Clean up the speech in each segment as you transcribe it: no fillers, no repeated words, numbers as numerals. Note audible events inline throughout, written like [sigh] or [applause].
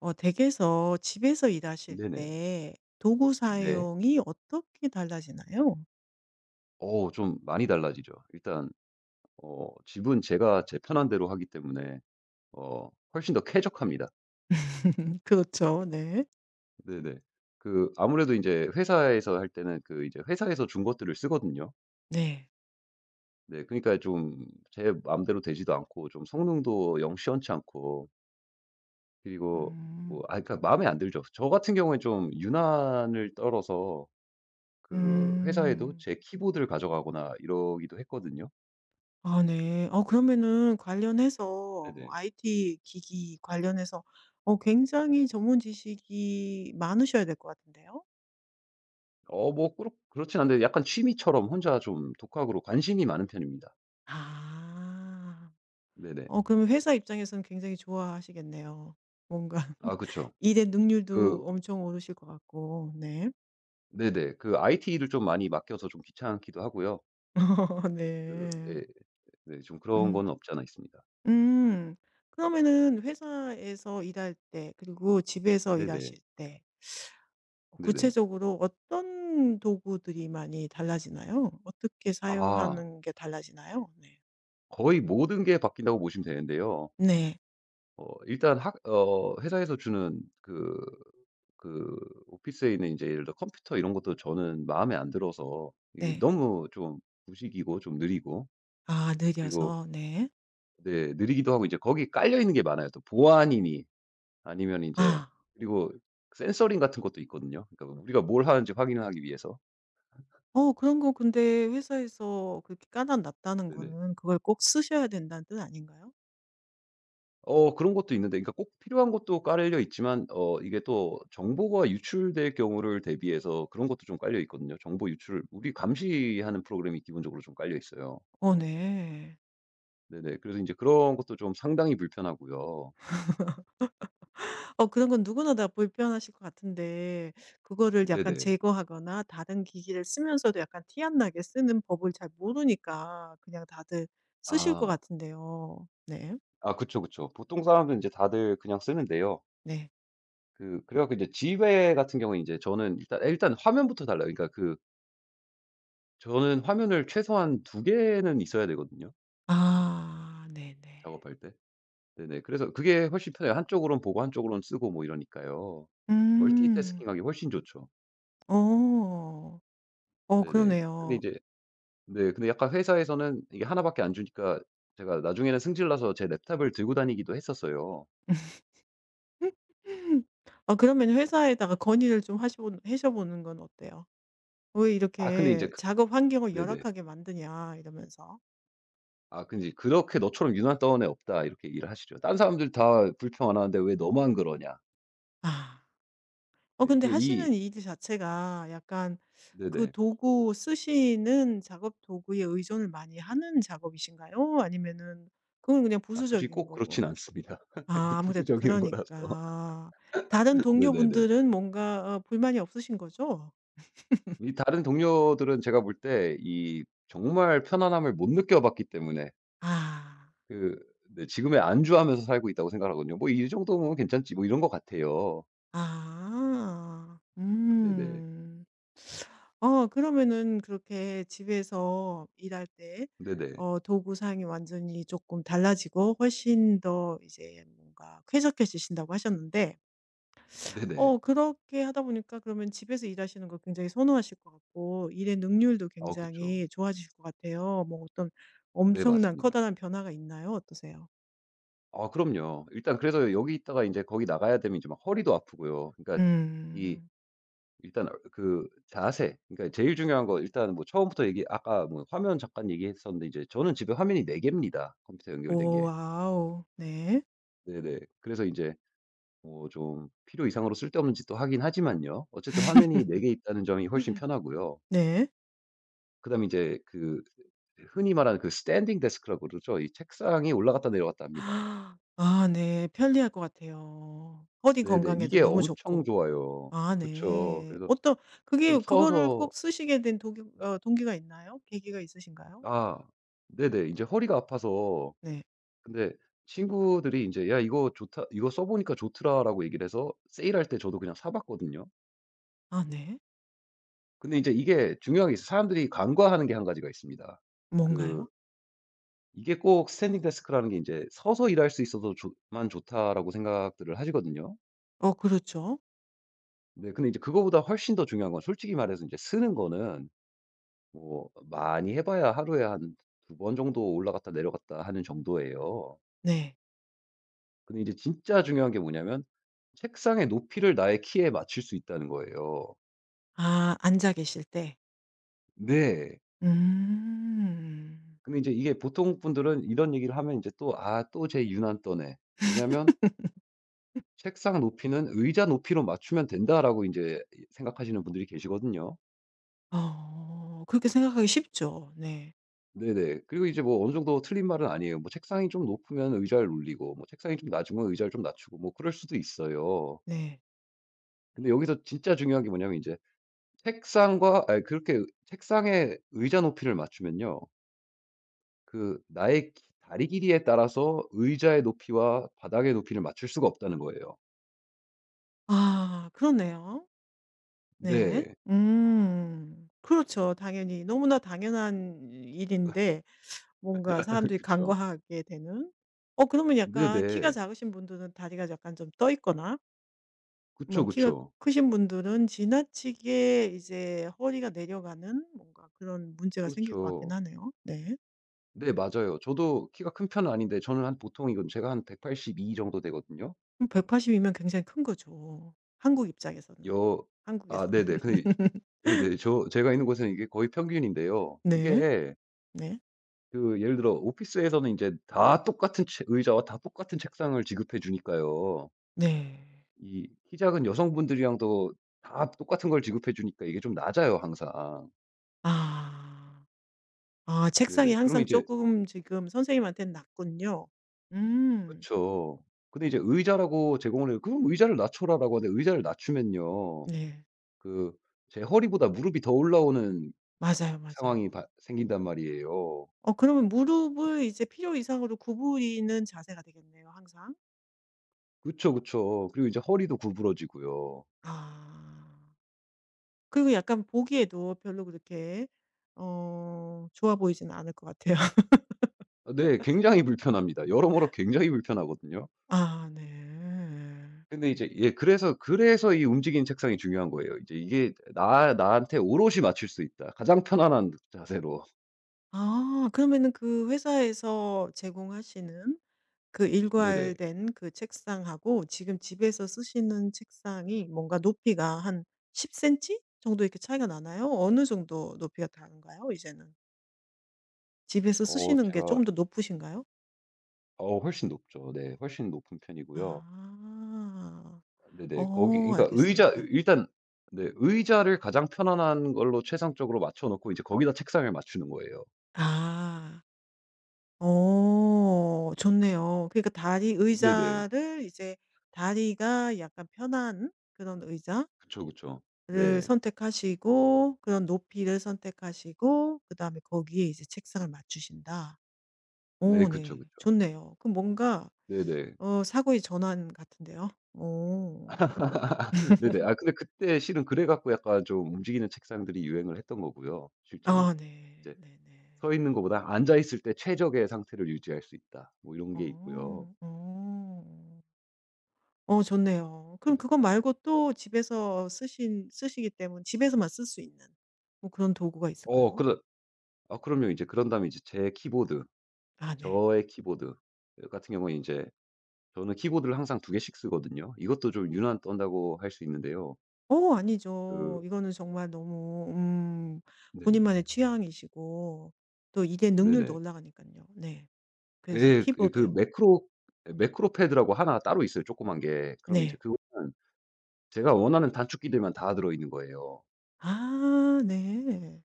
댁에서 집에서 일하실 네네. 때 도구 네. 사용이 어떻게 달라지나요? 좀 많이 달라지죠. 일단 집은 제가 제 편한 대로 하기 때문에 훨씬 더 쾌적합니다. [laughs] 그렇죠. 네. 네네. 그 아무래도 이제 회사에서 할 때는 그 이제 회사에서 준 것들을 쓰거든요. 네. 네, 그러니까 좀 제 마음대로 되지도 않고 좀 성능도 영 시원치 않고, 그리고 뭐, 음. 그러니까 마음에 안 들죠. 저 같은 경우에 좀 유난을 떨어서 그 회사에도 음. 제 키보드를 가져가거나 이러기도 했거든요. 아 네. 그러면은 관련해서 뭐 네네. IT 기기 관련해서 굉장히 전문 지식이 많으셔야 될 것 같은데요? 뭐 그렇진 않은데 약간 취미처럼 혼자 좀 독학으로 관심이 많은 편입니다. 아. 네네. 그러면 회사 입장에서는 굉장히 좋아하시겠네요. 뭔가 아 [laughs] 그쵸. 일의 그 능률도 엄청 오르실 것 같고. 네. 네네. 그 IT를 좀 많이 맡겨서 좀 귀찮기도 하고요. [laughs] 그 네. 예 네, 좀 그런 음. 거는 없지 않아 있습니다. 음. 그러면은 회사에서 일할 때 그리고 집에서 네네. 일하실 때 네네. 구체적으로 어떤 도구들이 많이 달라지나요? 어떻게 아 사용하는 게 달라지나요? 네. 거의 모든 게 바뀐다고 보시면 되는데요. 네. 일단 학 회사에서 주는 그 그 오피스에 있는 이제 예를 들어 컴퓨터 이런 것도 저는 마음에 안 들어서 이게 네. 너무 좀 부식이고 좀 느리고 아 그리고, 느려서. 네. 네. 느리기도 하고 이제 거기 깔려 있는 게 많아요. 또 보안이니 아니면 이제 아. 그리고 센서링 같은 것도 있거든요. 그러니까 뭐 우리가 뭘 하는지 확인을 하기 위해서. 그런 거 근데 회사에서 그렇게 까다롭다는 네네. 거는 그걸 꼭 쓰셔야 된다는 뜻 아닌가요? 그런 것도 있는데 그러니까 꼭 필요한 것도 깔려 있지만 이게 또 정보가 유출될 경우를 대비해서 그런 것도 좀 깔려 있거든요. 정보 유출을 우리 감시하는 프로그램이 기본적으로 좀 깔려 있어요. 네. 네네. 그래서 이제 그런 것도 좀 상당히 불편하고요. 그런 건 누구나 다 불편하실 것 같은데 그거를 약간 네네. 제거하거나 다른 기기를 쓰면서도 약간 티 안 나게 쓰는 법을 잘 모르니까 그냥 다들 쓰실 것 아. 같은데요. 네. 아 그쵸, 그쵸. 보통 사람들은 이제 다들 그냥 쓰는데요. 네. 그 그래 갖고 이제 지회 같은 경우는 이제 저는 일단 화면부터 달라요. 그러니까 그 저는 화면을 최소한 두 개는 있어야 되거든요, 아 네네. 작업할 때. 네네. 그래서 그게 훨씬 편해요. 한쪽으론 보고 한쪽으론 쓰고 뭐 이러니까요. 음. 멀티태스킹하기 훨씬 좋죠. 어. 네네. 근데 그러네요. 이제 네, 근데 약간 회사에서는 이게 하나 밖에 안 주니까 제가 나중에는 승질 나서 제 랩탑을 들고 다니기도 했었어요. [laughs] 아 그러면 회사에다가 건의를 좀 하시 하셔 보는 건 어때요? "왜 근데 인제 이렇게 그 작업 환경을 네네. 열악하게 만드냐." 이러면서. 근데 이제 "그렇게 너처럼 유난 떠는 애 없다." 이렇게 얘기를 하시죠. "딴 사람들 다 불평 안 하는데 왜 너만 그러냐." 아. 예 근데 그이 하시는 일 자체가 약간 그 네네. 도구 쓰시는 작업 도구에 의존을 많이 하는 작업이신가요? 아니면은 그건 그냥 솔직히 부수적인 꼭 그렇진 거고. 않습니다. 아 [laughs] 아무래도 부수적인 거라서. 그러니까. 다른 [laughs] 네네네. 동료분들은 뭔가 불만이 없으신 거죠? 이 다른 동료들은 제가 볼 때 이 정말 편안함을 못 느껴봤기 때문에 아. 그 네 지금의 안주하면서 살고 있다고 생각하거든요. '뭐 이 정도면 괜찮지.' 뭐 이런 것 같아요. 아. 네네. 음. 그러면은 그렇게 집에서 일할 때 네네. 도구 사용이 완전히 조금 달라지고 훨씬 더 이제 뭔가 쾌적해지신다고 하셨는데 네네. 그렇게 하다 보니까 그러면 집에서 일하시는 걸 굉장히 선호하실 것 같고 일의 능률도 어 그쵸. 굉장히 좋아지실 것 같아요. 뭐 어떤 네 엄청난 맞습니다. 커다란 변화가 있나요? 어떠세요? 그럼요. 일단 그래서 여기 있다가 이제 거기 나가야 되면 이제 막 허리도 아프고요. 그러니까 이 음. 일단 그 자세, 그러니까 제일 중요한 거 일단 뭐 처음부터 얘기 아까 뭐 화면 잠깐 얘기했었는데 이제 저는 집에 화면이 4개 개입니다, 컴퓨터 연결된 오 게. 와우. 네. 네네. 그래서 이제 뭐 좀 필요 이상으로 쓸데없는 짓도 하긴 하지만요. 어쨌든 화면이 4개 있다는 점이 훨씬 [laughs] 편하고요. 네. 그다음에 이제 그 흔히 말하는 그 스탠딩 데스크라고 그러죠. 이 책상이 올라갔다 내려갔다 합니다. 아 아, 네. 편리할 것 같아요. 허리 네네. 건강에도 이게 너무 엄청 좋고. 좋아요. 아 그쵸. 네. 그래서 어떤 좀 그게 그거를 서서 꼭 쓰시게 된 동기, 동기가 있나요? 계기가 있으신가요? 아 네네. 이제 허리가 아파서 네. 근데 친구들이 이제 "야 이거 좋다. 이거 써 보니까 좋더라."라고 얘기를 해서 세일할 때 저도 그냥 사 봤거든요. 아 네. 근데 인제 이게 중요한 게 있어요. 사람들이 간과하는 게 한 가지가 있습니다. 그 뭔가요? 이게 꼭 스탠딩 데스크라는 게 인제 '서서 일할 수 있어서 좋 만 좋다.'라고 생각들을 하시거든요. 그렇죠. 네, 근데 이제 그거보다 훨씬 더 중요한 건 솔직히 말해서 인제 쓰는 거는 뭐 많이 해 봐야 하루에 한 두 번 정도 올라갔다 내려갔다 하는 정도예요. 네. 근데 이제 진짜 중요한 게 뭐냐면 책상의 높이를 나의 키에 맞출 수 있다는 거예요. 아 앉아 계실 때. 네. 음. 근데 이제 이게 보통 분들은 이런 얘기를 하면 이제 또 또 쟤 유난 떠네.' [laughs] 왜냐면 '책상 높이는 의자 높이로 맞추면 된다.'라고 이제 생각하시는 분들이 계시거든요. 그렇게 생각하기 쉽죠. 네. 네네. 그리고 이제 뭐 어느 정도 틀린 말은 아니에요. 뭐 책상이 좀 높으면 의자를 올리고 뭐 책상이 좀 낮으면 의자를 좀 낮추고 뭐 그럴 수도 있어요. 네. 근데 여기서 진짜 중요한 게 뭐냐면 이제 책상과 아니 그렇게 책상의 의자 높이를 맞추면요. 그 나의 기 다리 길이에 따라서 의자의 높이와 바닥의 높이를 맞출 수가 없다는 거예요. 아 그렇네요. 네. 네. 음. 그렇죠. 당연히 너무나 당연한 일인데 뭔가 [laughs] 사람들이 그쵸. 간과하게 되는. 그러면 약간 키가 네네. 작으신 분들은 다리가 약간 좀 떠 있거나 뭐 그쵸, 키가 그쵸. 크신 분들은 지나치게 이제 허리가 내려가는 뭔가 그런 문제가 생길 것 같긴 그렇죠. 하네요. 네. 네 맞아요. 저도 키가 큰 편은 아닌데 저는 한 보통 이건 제가 한 182 정도 되거든요. 음, 180 이면 굉장히 큰 거죠. 한국 입장에서는. 여 아 한국에서는. 네네. [laughs] 근데 네네. 제가 있는 곳은 이게 거의 평균인데요. 네. 이게 네. 그 예를 들어 오피스에서는 이제 다 똑같은 의자와 다 똑같은 책상을 지급해 주니까요. 네. 이 키 작은 여성분들이랑도 다 똑같은 걸 지급해 주니까 이게 좀 낮아요 항상. 아. 아 책상이 네네. 그러면 항상 조 이제 금 지금 선생님한테는 낮군요. 그 음. 쵸 근데 이제 의자라고 제공을 해요. "그럼 의자를 낮춰라."라고 하는데 의자를 낮추면요. 네. 그 제 허리보다 무릎이 더 올라오는 맞아요, 상황이 맞아요. 바 생긴단 말이에요. 그러면 무릎을 이제 필요 이상으로 구부리는 자세가 되겠네요 항상. 그쵸, 그쵸. 그리고 이제 허리도 구부러지고요. 아. 그리고 약간 보기에도 별로 그렇게 좋아 보이지는 않을 것 같아요. [laughs] 아 네. 굉장히 불편합니다. 여러모로 굉장히 불편하거든요. 아 네. 근데 이제 예 그래서 이 움직이는 책상이 중요한 거예요. 이제 이게 나 나한테 오롯이 맞출 수 있다. 가장 편안한 자세로. 아 그러면은 그 회사에서 제공하시는 그 네네. 일괄된 그 책상하고 지금 집에서 쓰시는 책상이 뭔가 높이가 한 10 센티 정도 이렇게 차이가 나나요? 어느 정도 높이가 다른가요 이제는? 집에서 어 쓰시는 게 조 제가 금 더 높으신가요? 어 훨씬 높죠. 네. 훨씬 높은 편이고요. 아. 네네. 거기 그러니까 의자 알겠습니다. 일단 네 의자를 가장 편안한 걸로 최상적으로 맞춰 놓고 이제 거기다 책상을 맞추는 거예요. 아. 좋네요. 그러니까 다리 네네. 의자를 이제 다리가 약간 편한 그런 의자를 그쵸, 그쵸. 네. 선택하시고 그런 높이를 선택하시고 그다음에 거기에 이제 책상을 맞추신다. 네 오 그쵸, 네. 그쵸. 좋네요. 그럼 뭔가 네네. 사고의 전환 같은데요. 오 [laughs] 네네. 근데 그때 실은 그래 갖고 약간 좀 움직이는 책상들이 유행을 했던 거고요, 실제로. 아 네. 이제 네네. 서 있는 것보다 앉아 있을 때 최적의 상태를 유지할 수 있다. 뭐 이런 게 있고요. 어. 어. 좋네요. 그럼 네네. 그거 말고 또 집에서 쓰신 쓰시기 때문에 집에서만 쓸 수 있는 뭐 그런 도구가 어 있을까요? 그러 그럼요. 이제 그런 다음에 이제 제 키보드, 아 네. 저의 키보드 같은 경우에 인제 저는 키보드를 항상 두 개씩 쓰거든요. 이것도 좀 유난 떤다고 할 수 있는데요. 아니죠. 그 이거는 정말 너무 네네. 본인만의 취향이시고 또 일의 능률도 네네. 올라가니까요. 네. 그래서 예. 예 키보드요. 그 매크로 예 매크로 패드라고 하나 따로 있어요, 조그만 게. 그럼 이제 네. 그거는 제가 원하는 단축키들만 다 들어 있는 거예요. 아 네.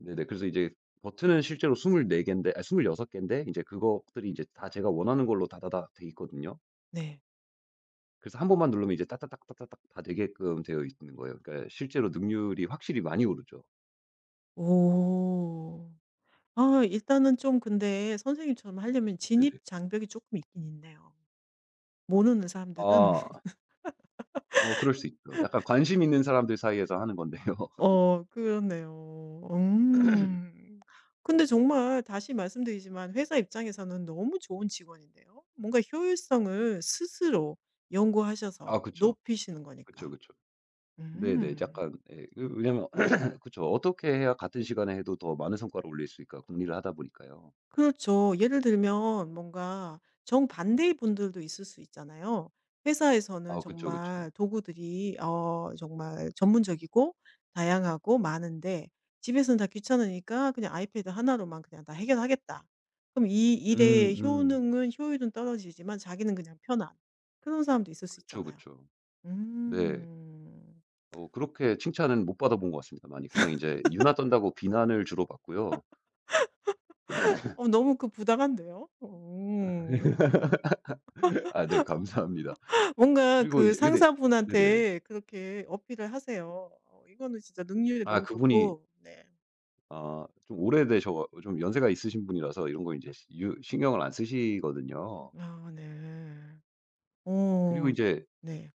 네네. 그래서 이제 버튼은 실제로 스물네 개인데 아여섯 개인데 이제 그것들이 이제 다 제가 원하는 걸로 다다닥 돼 있거든요. 네. 그래서 한 번만 누르면 이제 따따닥따따닥 다 되게끔 되어 있는 거예요. 그러니까 실제로 능률이 확실히 많이 오르죠. 오. 아 일단은 좀 근데 선생님처럼 하려면 진입 네네. 장벽이 조금 있긴 있네요. 모르는 사람들은 아 어 그럴 수 있죠. 약간 관심 있는 사람들 사이에서 하는 건데요. [laughs] 그렇네요. 음. 근데 정말 다시 말씀드리지만 회사 입장에서는 너무 좋은 직원인데요. 뭔가 효율성을 스스로 연구하셔서 아 그쵸. 높이시는 그쵸, 거니까. 그쵸. 네네. 음. 약간 예 그 왜냐면 [clears throat] 그쵸. 어떻게 해야 같은 시간에 해도 더 많은 성과를 올릴 수 있을까 궁리를 하다 보니까요. 그렇죠. 예를 들면 뭔가 정반대의 분들도 있을 수 있잖아요. 회사에서는 아 그쵸, 그쵸. 정말 도구들이 정말 전문적이고 다양하고 많은데 집에서는 다 귀찮으니까 그냥 아이패드 하나로만 그냥 다 해결하겠다. 그럼 이 일의 음음. 효능은 효율은 떨어지지만 자기는 그냥 편한 그런 사람도 있을 수 그쵸, 있잖아요. 그쵸. 네. 음. 그렇게 칭찬은 못 받아본 것 같습니다 많이. 그냥 이제 유나 떤다고 비난을 주로 받고요. 너무 그 부당한데요? 음. [laughs] 아 네 감사합니다. 뭔가 그리고 그 이제 근데 네네. 상사분한테 그렇게 어필을 하세요. 이거는 진짜 능률이 너무 그분이 좋고 네. 좀 연세가 있으신 분이라서 이런 거 이제 유 신경을 안 쓰시거든요. 아 네. 그리고 오. 이제 네.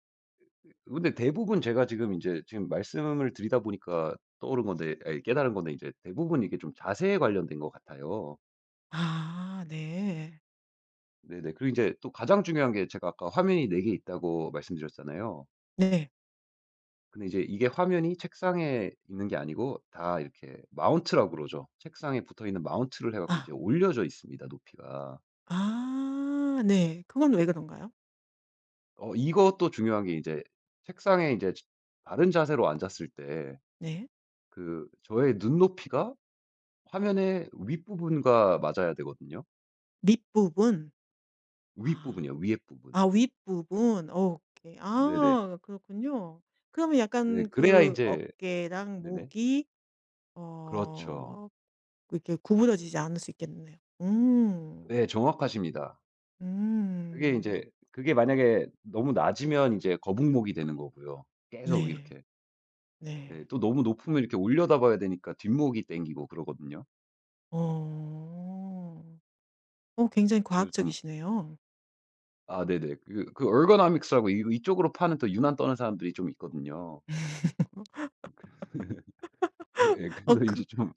근데 대부분 제가 지금 말씀을 드리다 보니까 떠오른 건데 아 깨달은 건데 이제 대부분 이게 좀 자세에 관련된 것 같아요. 아 네. 네네. 그리고 이제 또 가장 중요한 게 제가 아까 화면이 4개 있다고 말씀드렸잖아요. 네. 근데 이제 이게 화면이 책상에 있는 게 아니고 다 이렇게 마운트라고 그러죠. 책상에 붙어 있는 마운트를 해 갖고 이제 아. 올려져 있습니다 높이가. 아 네. 그건 왜 그런가요? 이것도 중요한 게 이제 책상에 이제 바른 자세로 앉았을 때 네. 그 저의 눈높이가 화면의 윗부분과 맞아야 되거든요. 밑부분? 아. 윗부분이요, 위에 부분. 아 윗부분. 오케이. 네네. 아 그렇군요. 그러면 네 약간 그래야 이그 제 어깨랑 네네. 목이 그렇죠. 어 이렇게 구부러지지 않을 수 있겠네요. 음. 네 정확하십니다. 그게 이 음. 제 그게 만약에 너무 낮으면 이제 거북목이 되는 거고요. 계속 네. 이렇게 예. 네. 또 너무 높으면 이렇게 올려다봐야 되니까 뒷목이 땡기고 그러거든요. 어. 굉장히 그래서 좀 과학적이시네요. 아 네네. 그 그 ergonomics라고 이 이쪽으로 파는 또 유난 떠는 사람들이 좀 있거든요. [laughs] 그 예 어 그래서 이그 제 좀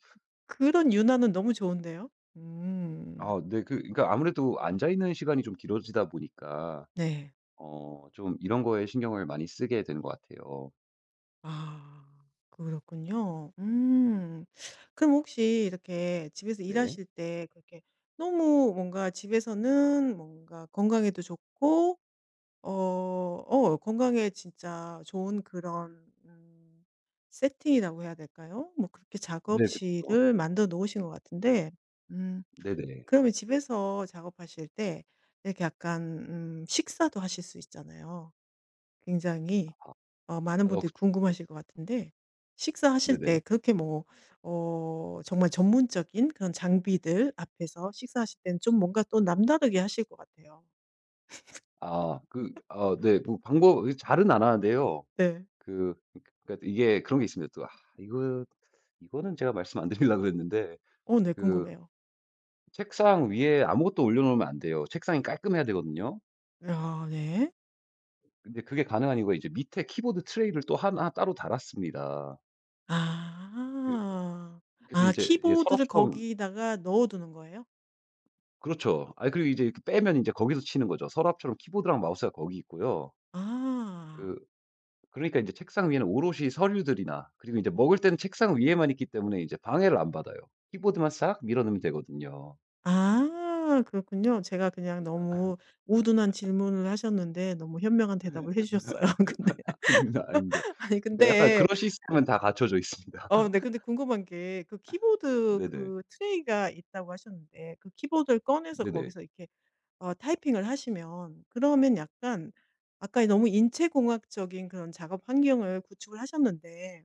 그런 윤화는 너무 좋은데요. 음. 아 네 그 그러니까 아무래도 앉아 있는 시간이 좀 길어지다 보니까 네. 좀 이런 거에 신경을 많이 쓰게 되는 것 같아요. 아 그렇군요. 음. 그럼 혹시 이렇게 집에서 네. 일하실 때 그렇게 너무 뭔가 집에서는 뭔가 건강에도 좋고 건강에 진짜 좋은 그런 세팅이라고 해야 될까요? 뭐 그렇게 네 그쵸. 작업실을 만들어 놓으신 것 같은데 음 네네. 그러면 집에서 작업하실 때 이렇게 약간 식사도 하실 수 있잖아요. 굉장히 많은 아 분들이 그쵸, 그쵸. 궁금하실 것 같은데 식사하실 네네. 때 그렇게 뭐 정말 전문적인 그런 장비들 앞에서 식사하실 때는 좀 뭔가 또 남다르게 하실 것 같아요. 아 그 네 뭐 방법 그 잘은 안 하는데요. 네. 그 그러니까 이게 그런 게 있습니다 또. 이거 이거는 제가 말씀 안 드리려고 그랬는데 어 네 그 궁금해요. 책상 위에 아무것도 올려 놓으면 안 돼요. 책상이 깔끔해야 되거든요. 아 네. 근데 그게 가능한 이유가 이제 밑에 키보드 트레이를 또 하나 따로 달았습니다. 그 아. 그래서 이아 제 예 키보드를 서랍처럼 거기다가 넣어 두는 거예요? 그렇죠. 아 그리고 이제 이렇게 빼면 이제 거기서 치는 거죠. 서랍처럼 키보드랑 마우스가 거기 있고요. 아. 그 그러니까 이제 책상 위에는 오롯이 서류들이나 그리고 이제 먹을 때는 책상 위에만 있기 때문에 이제 방해를 안 받아요. 키보드만 싹 밀어 넣으면 되거든요. 아 그렇군요. 제가 그냥 너무 우둔한 질문을 하셨는데 너무 현명한 대답을 해 주셨어요. [laughs] 근데 [laughs] 아닙니다, 아닙니다. 아니 그러니까 약간 근데 그런 시스템은 다 갖춰져 있습니다. [laughs] 어 네 근데 궁금한 게 그 키보드 네네. 그 트레이가 있다고 하셨는데 그 키보드를 꺼내서 네네. 거기서 이렇게 타이핑을 하시면 그러면 약간 아까 너무 인체공학적인 그런 작업 환경을 구축을 하셨는데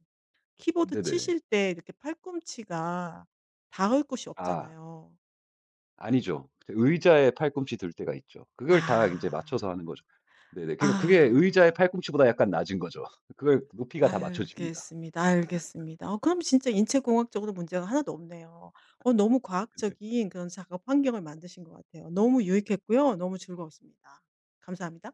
키보드 네네. 치실 때 이렇게 팔꿈치가 닿을 곳이 아 없잖아요. 아니죠. 그 의자에 팔꿈치 들 때가 있죠. 그걸 다 이제 맞춰서 아. 하는 거죠. 네네. 그러니까 그게 아. 의자의 팔꿈치보다 약간 낮은 거죠. 그걸 높이가 다 맞춰집니다. 알겠습니다, 알겠습니다. 그럼 진짜 인체 공학적으로 문제가 하나도 없네요. 너무 과학적인 그런 작업 환경을 만드신 것 같아요. 너무 유익했고요. 너무 즐거웠습니다. 감사합니다.